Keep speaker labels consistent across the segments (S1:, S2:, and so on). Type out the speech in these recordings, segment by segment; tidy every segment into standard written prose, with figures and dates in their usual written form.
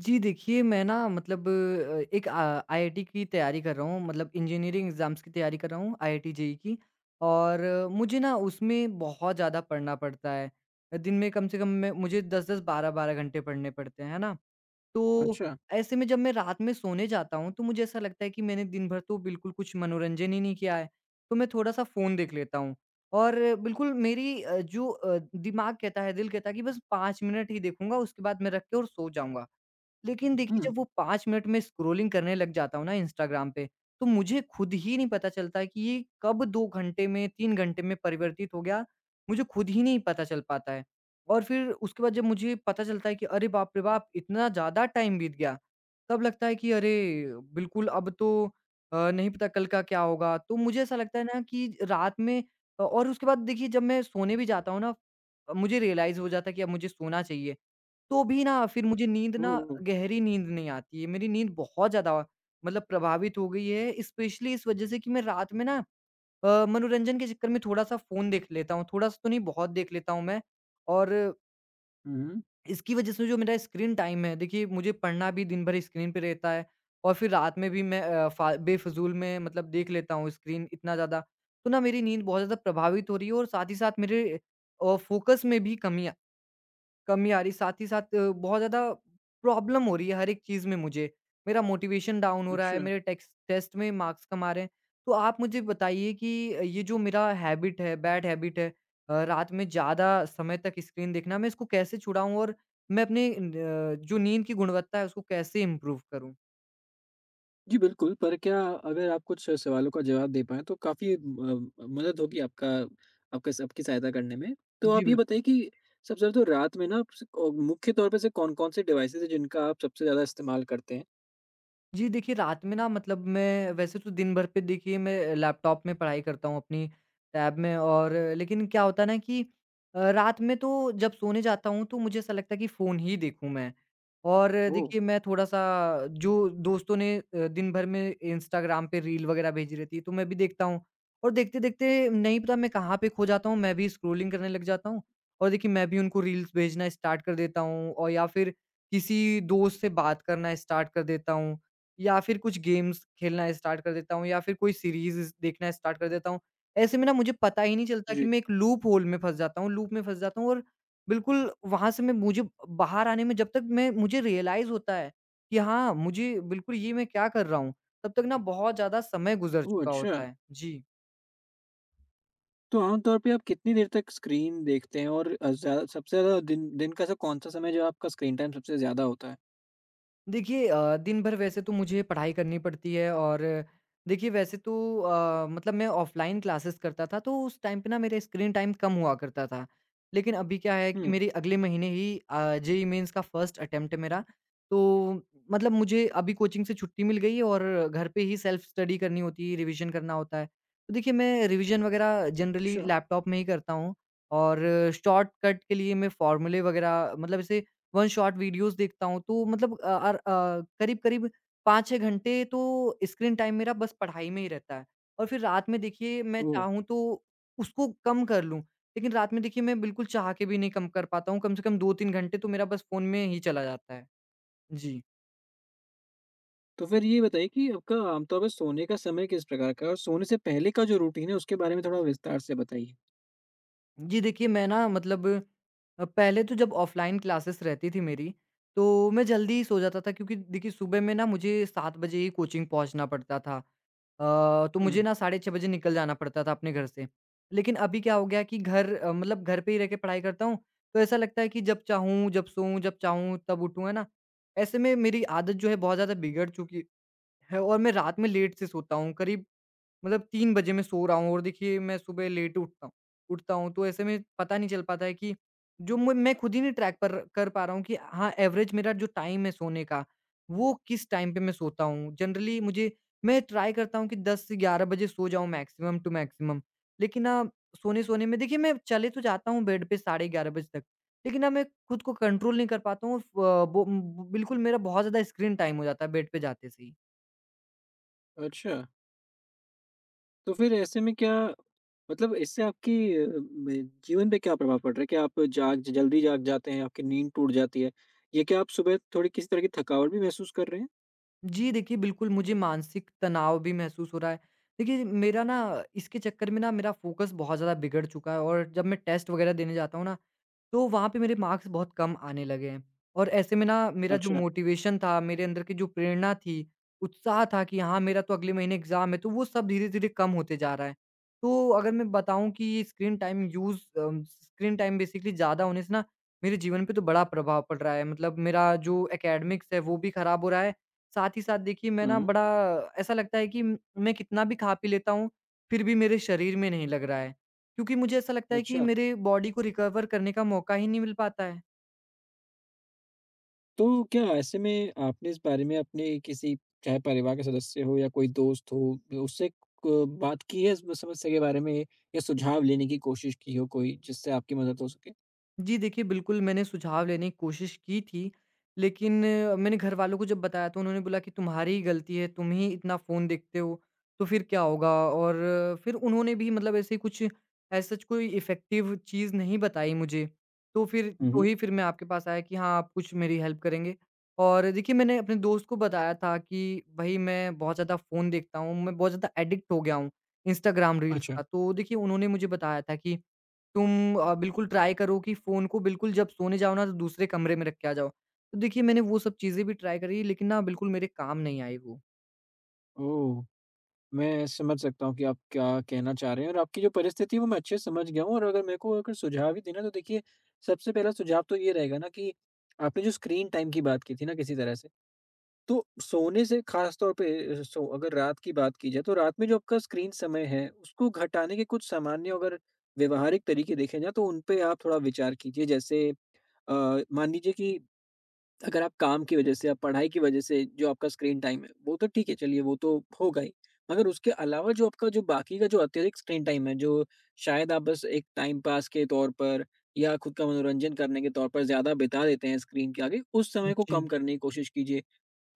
S1: जी, देखिए मैं ना मतलब एक आईआईटी की तैयारी कर रहा हूँ। मतलब इंजीनियरिंग एग्ज़ाम्स की तैयारी कर रहा हूँ, आईआईटी जेईई की। और मुझे ना उसमें बहुत ज़्यादा पढ़ना पड़ता है। दिन में कम से कम मैं मुझे 10-10 12-12 घंटे पढ़ने पड़ते हैं, है ना? तो
S2: अच्छा।
S1: ऐसे में जब मैं रात में सोने जाता हूँ, तो मुझे ऐसा लगता है कि मैंने दिन भर तो बिल्कुल कुछ मनोरंजन ही नहीं किया है, तो मैं थोड़ा-सा फ़ोन देख लेता हूँ। और बिल्कुल मेरी जो दिमाग कहता है, दिल कहता है कि बस 5 मिनट ही देखूँगा, उसके बाद मैं रख के और सो जाऊँगा। लेकिन देखिए,
S2: हुँ।
S1: जब वो 5 मिनट में स्क्रॉलिंग करने लग जाता हूँ ना इंस्टाग्राम पे, तो मुझे खुद ही नहीं पता चलता कि ये कब 2 घंटे में, 3 घंटे में परिवर्तित हो गया, मुझे खुद ही नहीं पता चल पाता है। और फिर उसके बाद जब मुझे पता चलता है कि अरे बाप रे बाप! इतना ज़्यादा टाइम बीत गया, तब लगता है कि अरे! बिल्कुल अब तो नहीं पता कल का क्या होगा। तो मुझे ऐसा लगता है ना कि रात में और उसके बाद देखिए, जब मैं सोने भी जाता हूँ ना, मुझे रियलाइज़ हो जाता है कि अब मुझे सोना चाहिए। तो भी ना फिर मुझे नींद ना
S2: ओह!
S1: गहरी नींद नहीं आती है। मेरी नींद बहुत ज़्यादा मतलब प्रभावित हो गई है, स्पेशली इस वज़ह से कि मैं रात में ना मनोरंजन के चक्कर में थोड़ा-सा फ़ोन देख लेता हूँ। थोड़ा-सा तो नहीं, बहुत देख लेता हूँ मैं। और
S2: हुँ, हुँ।
S1: इसकी वज़ह से जो मेरा स्क्रीन टाइम है, देखिए मुझे पढ़ना भी दिन भर स्क्रीन पे रहता है, और फिर रात में भी मैं अ, फ़ा बेफ़िज़ूल में मतलब देख लेता हूँ स्क्रीन इतना ज़्यादा। तो ना मेरी नींद बहुत ज़्यादा प्रभावित हो रही है, और साथ ही साथ मेरे फ़ोकस में भी कमी, कमी आ रही, साथ ही साथ बहुत ज़्यादा प्रॉब्लम हो रही है हर एक चीज़ में मुझे। मेरा मोटिवेशन डाउन हो रहा है,
S2: अच्छा।
S1: मेरे टेक्स टेस्ट में मार्क्स कम आ रहे हैं। तो आप मुझे बताइए कि ये जो मेरा हैबिट है, बैड हैबिट है, रात में ज़्यादा समय तक स्क्रीन देखना, मैं इसको कैसे छुड़ाऊँ? और मैं अपने न अ, जो नींद की गुणवत्ता है उसको कैसे इम्प्रूव करूँ?
S2: जी, बिल्कुल, पर क्या अगर आप कुछ सवालों का जवाब दे पाएँ तो काफ़ी मदद होगी आपका आपका सबकी सहायता करने में। तो
S1: जी,
S2: आप ये
S1: बिल्कुल।
S2: बताइए कि सबसे ज़्यादा तो रात में ना आप मुख्य तौर पे से कौन-कौन से डिवाइसेज़ हैं जिनका आप सबसे ज़्यादा इस्तेमाल करते हैं?
S1: जी, देखिए रात में ना मतलब मैं वैसे तो दिन भर पे, देखिए मैं लैपटॉप में पढ़ाई करता हूँ अपनी टैब में। और लेकिन क्या होता है ना कि रात में तो जब सोने जाता हूँ, तो मुझे ऐसा लगता है कि फ़ोन ही देखूँ मैं। और
S2: ओह!
S1: देखिए मैं थोड़ा-सा, जो दोस्तों ने दिन भर में इंस्टाग्राम पे रील वग़ैरह भेजी रहती है, तो मैं भी देखता हूँ। और देखते-देखते नहीं पता मैं कहाँ पे खो जाता हूँ, मैं भी स्क्रॉलिंग करने लग जाता हूँ। और देखिए मैं भी उनको रील्स भेजना स्टार्ट कर देता हूँ, और या फिर किसी दोस्त से बात करना स्टार्ट कर देता हूँ। या फिर कुछ गेम्स खेलना स्टार्ट कर देता हूँ, या फिर कोई सीरीज़ देखना स्टार्ट कर देता हूँ। ऐसे में ना मुझे पता ही नहीं चलता कि
S2: जी।
S1: मैं एक लूप होल में फँस जाता हूँ, लूप में फँस जाता हूँ। और बिल्कुल वहाँ से मैं मुझे बाहर आने में, जब तक मैं मुझे रियलाइज़ होता है कि हाँ, मुझे बिल्कुल ये मैं क्या कर रहा हूँ, तब तक ना बहुत ज़्यादा समय गुज़र
S2: ओह!
S1: चुका
S2: अच्छा।
S1: होता है। जी।
S2: तो आम तौर पे आप कितनी देर तक स्क्रीन देखते हैं, और अ, ज़्यादा सबसे ज़्यादा दिन दिन का ऐसा कौन-सा समय है जब आपका स्क्रीन टाइम सबसे ज़्यादा होता है?
S1: देखिए दिन भर वैसे तो मुझे पढ़ाई करनी पड़ती है। और देखिए वैसे तो मतलब मैं ऑफलाइन क्लासेस करता था, तो उस टाइम पे ना मेरा स्क्रीन टाइम कम हुआ करता था। लेकिन अभी क्या है कि
S2: हुँ।
S1: मेरी अगले महीने ही जेई मेंस का फर्स्ट अटेम्प्ट है मेरा। तो मतलब मुझे अभी कोचिंग से छुट्टी मिल गई है, और घर पे ही सेल्फ स्टडी करनी होती है, रिवीजन करना होता है, तो देखिए मैं रिवीजन वगैरह जनरली
S2: अच्छा।
S1: लैपटॉप में ही करता हूँ। और शॉर्टकट के लिए मैं फॉर्मूले वगैरह मतलब ऐसे वन शॉट वीडियोज़ देखता हूँ, तो मतलब करीब-करीब 5-6 घंटे तो स्क्रीन टाइम मेरा बस पढ़ाई में ही रहता है। और फिर रात में देखिए मैं
S2: ओह!
S1: चाहूँ तो उसको कम कर लूँ, लेकिन रात में देखिए मैं बिल्कुल चाह के भी नहीं कम कर पाता हूँ, कम से कम 2-3 घंटे तो मेरा बस फ़ोन में ही चला जाता है। जी।
S2: तो फिर ये बताइए कि आपका आमतौर पर सोने का समय किस प्रकार का है? और सोने से पहले का जो रूटीन है उसके बारे में थोड़ा विस्तार से बताइए?
S1: जी देखिए, मैं ना मतलब पहले तो जब ऑफ़लाइन क्लासेस रहती थी मेरी, तो मैं जल्दी ही सो जाता था, क्योंकि देखिए सुबह में ना मुझे 7 बजे ही कोचिंग पहुँचना पड़ता था। तो मुझे
S2: हुँ।
S1: ना 6:30 बजे निकल जाना पड़ता था अपने घर से। लेकिन अभी क्या हो गया कि घर मतलब घर पे ही रह के पढ़ाई करता हूँ, तो ऐसा लगता है कि जब चाहूँ, जब सोऊँ, जब चाहूँ तब उठूँ, है ना? ऐसे में मेरी आदत जो है, बहुत ज़्यादा बिगड़ चुकी है, और मैं रात में लेट से सोता हूँ, करीब मतलब 3 बजे मैं सो रहा हूँ। और देखिए मैं सुबह लेट उठता हूँ, तो ऐसे में पता नहीं चल पाता है कि जो म मैं खुद ही नहीं ट्रैक पर कर पा रहा हूँ कि हाँ, एवरेज मेरा जो टाइम है सोने का, वो किस टाइम पे मैं सोता हूँ। जनरली मुझे मैं ट्राई करता हूँ कि 10-11 बजे सो जाऊँ, मैक्सिमम टू मैक्सिमम, लेकिन ना सोने-सोने में देखिए मैं चले तो जाता हूँ बेड पे साढ़े 11 बजे तक, लेकिन ना मैं खुद को कंट्रोल नहीं कर पाता हूँ। फ वो बिल्कुल, मेरा बहुत ज़्यादा स्क्रीन टाइम हो जाता है बेड पे जाते से ही।
S2: अच्छा, तो फिर ऐसे में क्या मतलब इससे आपकी अ, में जीवन पे क्या प्रभाव पड़ रहा है? क्या आप जाग जल्दी जाग जाते हैं? आपकी नींद टूट जाती है? या क्या आप सुबह थोड़ी किसी तरह की थकावट भी महसूस कर रहे हैं?
S1: जी, देखिए बिल्कुल मुझे मानसिक तनाव भी महसूस हो रहा है। देखिए मेरा ना इसके चक्कर में ना मेरा फ़ोकस बहुत ज़्यादा बिगड़ चुका है, और जब मैं टेस्ट वग़ैरह देने जाता हूँ ना, तो वहाँ पे मेरे मार्क्स बहुत कम आने लगे हैं, और ऐसे में ना मेरा जो
S2: अच्छा।
S1: मोटिवेशन था, मेरे अंदर की जो प्रेरणा थी, उत्साह था कि हाँ, मेरा तो अगले महीने एग्ज़ाम है, तो वो सब धीरे-धीरे कम होते जा रहा है। तो अगर मैं बताऊँ कि स्क्रीन टाइम बेसिकली ज़्यादा होने से ना, मेरे जीवन पे तो बड़ा प्रभाव पड़ रहा है। मतलब मेरा जो एकेडमिक्स है, वो भी खराब हो रहा है। साथ ही साथ देखिए मैं
S2: हुँ,
S1: ना
S2: हुँ।
S1: बड़ा, ऐसा लगता है कि मैं कितना भी खा-पी लेता हूँ, फिर भी मेरे शरीर में नहीं लग रहा है। क्योंकि मुझे ऐसा लगता है कि
S2: अच्छा।
S1: मेरे बॉडी को रिकवर करने का मौका ही नहीं मिल पाता है।
S2: तो क्या ऐसे में आपने इस बारे में अपने किसी, चाहे परिवार के सदस्य हो या कोई दोस्त हो, उससे क बात की है इस समस्या के बारे में, या सुझाव लेने की कोशिश की हो कोई जिससे आपकी मदद हो सके?
S1: जी देखिए, बिल्कुल मैंने सुझाव लेने की कोशिश की थी, लेकिन मैंने घरवालों को जब बताया, तो उन्होंने बोला कि तुम्हारी ही गलती है, तुम ही इतना फ़ोन देखते हो, तो फिर क्या होगा? और फिर उन्होंने भी मतलब ऐसे कुछ एज़ सच कोई इफ़ेक्टिव चीज़ नहीं बताई मुझे। तो फिर
S2: हुँ,
S1: तो
S2: हुँ।
S1: ही फिर मैं आपके पास आया कि हाँ, आप कुछ मेरी हेल्प करेंगे। और देखिए, मैंने अपने दोस्त को बताया था कि भई मैं बहुत ज़्यादा फ़ोन देखता हूँ, मैं बहुत ज़्यादा एडिक्ट हो गया हूँ, इंस्टाग्राम रील्स
S2: अच्छा।
S1: का। तो देखिए, उन्होंने मुझे बताया था कि तुम बिल्कुल ट्राई करो कि फ़ोन को बिल्कुल, जब सोने जाओ ना, तो दूसरे कमरे में रख के आ जाओ। तो देखिए मैंने वो सब चीज़ें भी ट्राई करी, लेकिन ना बिल्कुल मेरे काम नहीं आई वो।
S2: ओह! मैं समझ सकता हूँ कि आप क्या कहना चाह रहे हैं, और आपकी जो परिस्थिति है वो मैं अच्छे से समझ गया हूँ, और अगर मेरे को अगर सुझाव ही देना है तो देखिए, सबसे पहला सुझाव तो ये रहेगा ना कि आपने जो स्क्रीन टाइम की बात की थी ना किसी तरह से, तो सोने से खास तौर पे, अगर रात की बात की जाए तो रात में जो आपका स्क्रीन समय है उसको घटाने के कुछ सामान्य अगर व्यवहारिक तरीके देखे जाए, तो उन पे आप थोड़ा विचार कीजिए, जैसे मान लीजिए कि अगर आप काम की वजह से या पढ़ाई की वजह से जो आपका स्क्रीन टाइम है वो तो ठीक है, चलिए वो तो होगा ही, मगर उसके अलावा जो आपका जो बाकी का जो अत्यधिक स्क्रीन टाइम है, जो शायद आप बस एक टाइम पास के तौर पर या खुद का मनोरंजन करने के तौर पर ज्यादा बिता देते हैं स्क्रीन के आगे, उस समय को कम
S1: जी।
S2: करने की कोशिश कीजिए।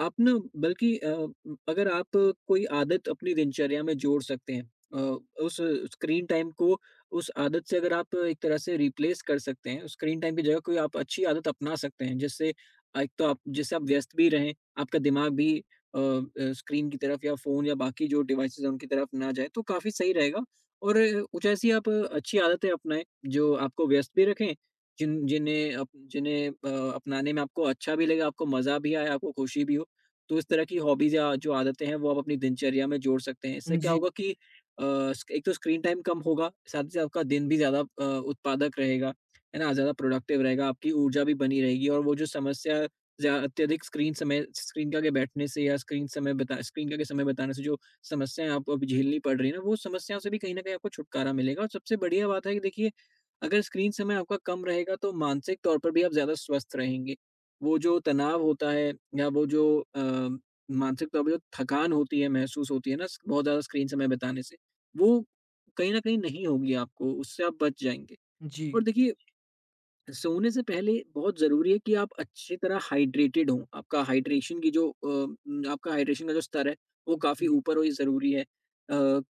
S2: आप ना, बल्कि अगर आप कोई आदत अपनी दिनचर्या में जोड़ सकते हैं, अ, उस स्क्रीन टाइम को उस आदत से अगर आप एक तरह से रिप्लेस कर सकते हैं, स्क्रीन टाइम की जगह कोई आप अच्छी आदत अपना सकते हैं, जिससे एक तो आप, जिससे आप व्यस्त भी रहें, आपका दिमाग भी स्क्रीन की तरफ या फोन या बाकी जो डिवाइसेस हैं उनकी तरफ ना जाए, तो काफी सही रहेगा। और कुछ ऐसी आप अच्छी आदतें अपनाएं जो आपको व्यस्त भी रखें, जिन्हें अपनाने में आपको अच्छा भी लगे, आपको मजा भी आए, आपको खुशी भी हो। तो इस तरह की हॉबीज़ या जो आदतें हैं वो आप अपनी दिनचर्या में जोड़ सकते हैं। इससे क्या
S1: जी,
S2: होगा कि अ, स्क एक तो स्क्रीन टाइम कम होगा, साथ ही साथ आपका दिन भी ज़्यादा उत्पादक रहेगा, है ना? ज़्यादा प्रोडक्टिव रहेगा, आपकी ऊर्जा भी बनी रहेगी, और वो जो समस्या, ज़्या अत्यधिक स्क्रीन समय स्क्रीन का के आगे बैठने से या स्क्रीन समय बता स्क्रीन का के आगे समय बिताने से जो समस्याएँ आपको अभी झेलनी पड़ रही है ना, वो समस्याओं से भी कहीं न कहीं आपको छुटकारा मिलेगा। और सबसे बढ़िया बात है कि देखिए, अगर स्क्रीन समय आपका कम रहेगा तो मानसिक तौर पर भी आप ज़्यादा स्वस्थ रहेंगे। वो जो तनाव होता है, या वो जो अ, मानसिक तौर पे जो थकान होती है, महसूस होती है ना स बहुत ज़्यादा स्क्रीन समय बिताने से, वो कहीं न कहीं नहीं होगी आपको, उससे आप बच जाएँगे।
S1: जी।
S2: और देखिए, सोने से पहले बहुत ज़रूरी है कि आप अच्छी तरह हाइड्रेटेड हों। आपका हाइड्रेशन का जो स्तर है, वो काफ़ी
S1: जी।
S2: ऊपर हो ये ज़रूरी है।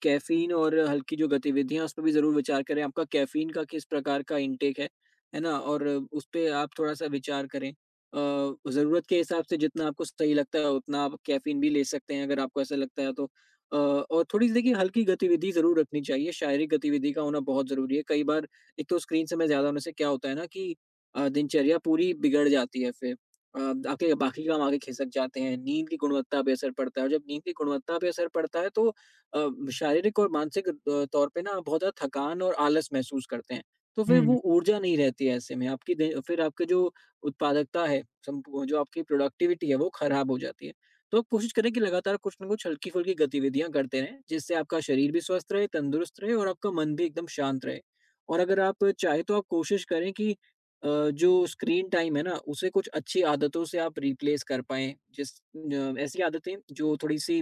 S2: कैफ़ीन और हल्की जो गतिविधियाँ हैं, उस पे भी ज़रूर विचार करें। आपका कैफ़ीन का किस प्रकार का इंटेक है ना? और उस पे आप थोड़ा-सा विचार करें। ज़रूरत के हिसाब से जितना आपको सही लगता है, उतना आप कैफ़ीन भी ले सकते हैं अगर आपको ऐसा लगता है तो। और थोड़ी-सी देखिए हल्की गतिविधि ज़रूर रखनी चाहिए। शारीरिक गतिविधि का होना बहुत ज़रूरी है। कई बार, एक तो स्क्रीन समय ज़्यादा होने से क्या होता है ना कि दिनचर्या पूरी बिगड़ जाती है फिर। आपके बाकी काम आगे खिसक जाते हैं, नींद की गुणवत्ता पे असर पड़ता है, और जब नींद की गुणवत्ता पे असर पड़ता है तो शारीरिक और मानसिक तौर पे ना बहुत ज़्यादा थकान और आलस महसूस करते हैं। तो फिर
S1: हुँ,
S2: वो ऊर्जा नहीं रहती है ऐसे में, आपकी दे फिर आपकी जो उत्पादकता है, संपू जो आपकी प्रोडक्टिविटी है वो ख़राब हो जाती है। तो कोशिश करें कि लगातार कुछ ना कुछ हल्की-फुल्की गतिविधियाँ करते रहें, जिससे आपका शरीर भी स्वस्थ रहे, तंदुरुस्त रहे, और आपका मन भी एकदम शांत रहे। और अगर आप चाहें तो आप कोशिश करें कि अ, जो स्क्रीन टाइम है ना, उसे कुछ अच्छी आदतों से आप रिप्लेस कर पाएँ। ऐसी आदतें जो थोड़ी-सी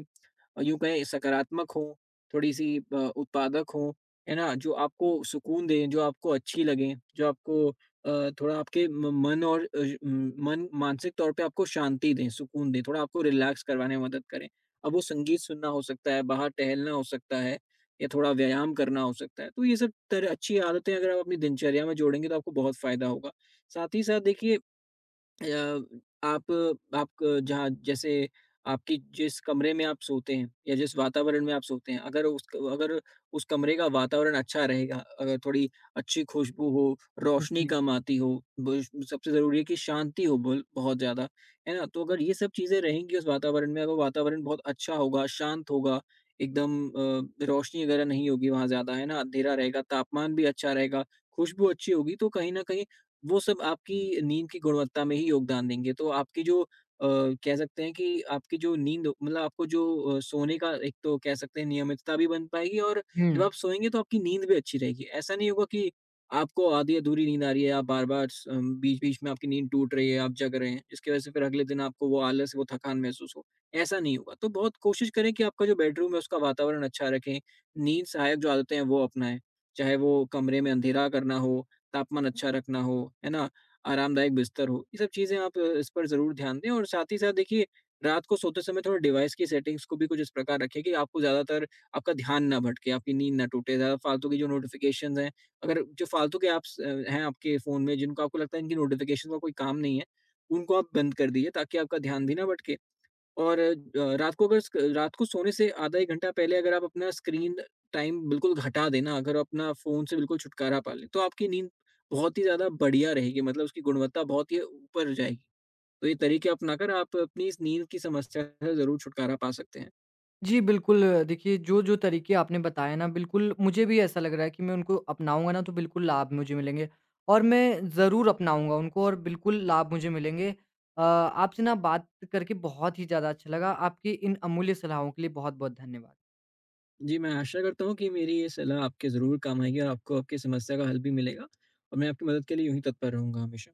S2: यूँ कहें सकारात्मक हों, थोड़ी-सी उत्पादक हों, है ना? जो आपको सुकून दें, जो आपको अच्छी लगें, जो आपको थोड़ा आपके म मन और अ, उम, मन मानसिक तौर पे आपको शांति दें, सुकून दें, थोड़ा आपको रिलैक्स करवाने में मदद करें। अब वो संगीत सुनना हो सकता है, बाहर टहलना हो सकता है, या थोड़ा व्यायाम करना हो सकता है। तो ये सब तरह अच्छी आदतें अगर आप अपनी दिनचर्या में जोड़ेंगे तो आपको बहुत फ़ायदा होगा। साथ ही साथ देखिए, अ, आप आप जहाँ जैसे आपकी जिस कमरे में आप सोते हैं या जिस वातावरण में आप सोते हैं, अगर उस कमरे का वातावरण अच्छा रहेगा, अगर थोड़ी अच्छी खुशबू हो, रोशनी
S1: जी।
S2: कम आती हो, बुश सबसे ज़रूरी है कि शांति हो बुल बहुत ज़्यादा, है ना? तो अगर ये सब चीज़ें रहेंगी उस वातावरण में, अगर वातावरण बहुत अच्छा होगा, शांत होगा, एकदम रोशनी वगैरह नहीं होगी वहाँ ज़्यादा, है ना? अँधेरा रहेगा, तापमान भी अच्छा रहेगा, खुशबू अच्छी होगी, तो कहीं न कहीं वो सब आपकी नींद की गुणवत्ता में ही योगदान देंगे। तो आपकी जो अ, कह सकते हैं कि आपकी जो नींद मतलब आपको जो सोने का एक तो कह सकते हैं नियमितता भी बन पाएगी, और
S1: हुँ।
S2: जब आप सोएँगे तो आपकी नींद भी अच्छी रहेगी। ऐसा नहीं होगा कि आपको आधी अधूरी नींद आ रही है, आप बार-बार बीच-बीच में आपकी नींद टूट रही है, आप जग रहे हैं, जिसकी वज़ह से फिर अगले दिन आपको वो आलस, वो थकान महसूस हो। ऐसा नहीं होगा। तो बहुत कोशिश करें कि आपका जो बेडरूम है उसका वातावरण अच्छा रखें, नींद सहायक जो आदतें हैं वो अपनाएँ। चाहे वो कमरे में अंधेरा करना हो, तापमान अच्छा रखना हो, है ना? आरामदायक बिस्तर हो, ये सब चीज़ें आप इस पर ज़रूर ध्यान दें, और साथ ही साथ देखिए, रात को सोते समय थोड़ा डिवाइस की सेटिंग्स को भी कुछ इस प्रकार रखें कि आपको ज़्यादातर आपका ध्यान ना भटके, आपकी नींद ना टूटे। ज़्यादा फालतू की जो नोटिफ़िकेशंस हैं, अगर जो फालतू के ऐप्स हैं आपके फ़ोन में जिनको आपको लगता है इनकी नोटिफ़िकेशन का कोई काम नहीं है, उनको आप बंद कर दीजिए ताकि आपका ध्यान भी ना भटके। और अ, रात को अगर स्क रात को सोने से आधा 1 घंटा पहले अगर आप अपना स्क्रीन टाइम बिल्कुल घटा दें ना, अगर अपना फ़ोन से बिल्कुल छुटकारा पा लें, तो आपकी नींद बहुत ही ज़्यादा बढ़िया रहेगी, मतलब उसकी गुणवत्ता बहुत ही ऊपर जाएगी। तो ये तरीके अपनाकर आप अपनी इस नींद की समस्या से ज़रूर छुटकारा पा सकते हैं।
S1: जी, बिल्कुल देखिए, जो-जो तरीके आपने बताए ना, बिल्कुल मुझे भी ऐसा लग रहा है कि मैं उनको अपनाऊँगा ना, तो बिल्कुल लाभ मुझे मिलेंगे, और मैं ज़रूर अपनाऊँगा उनको, और बिल्कुल लाभ मुझे मिलेंगे। आपसे ना बात करके बहुत ही ज़्यादा अच्छा लगा। आपकी इन अमूल्य सलाहों के लिए बहुत-बहुत धन्यवाद।
S2: जी, मैं आशा करता हूँ कि मेरी ये सलाह आपके ज़रूर काम आएगी और आपको आपकी समस्या का हल भी मिलेगा, और मैं आपकी मदद के लिए यूँ ही तत्पर रहूँगा हमेशा।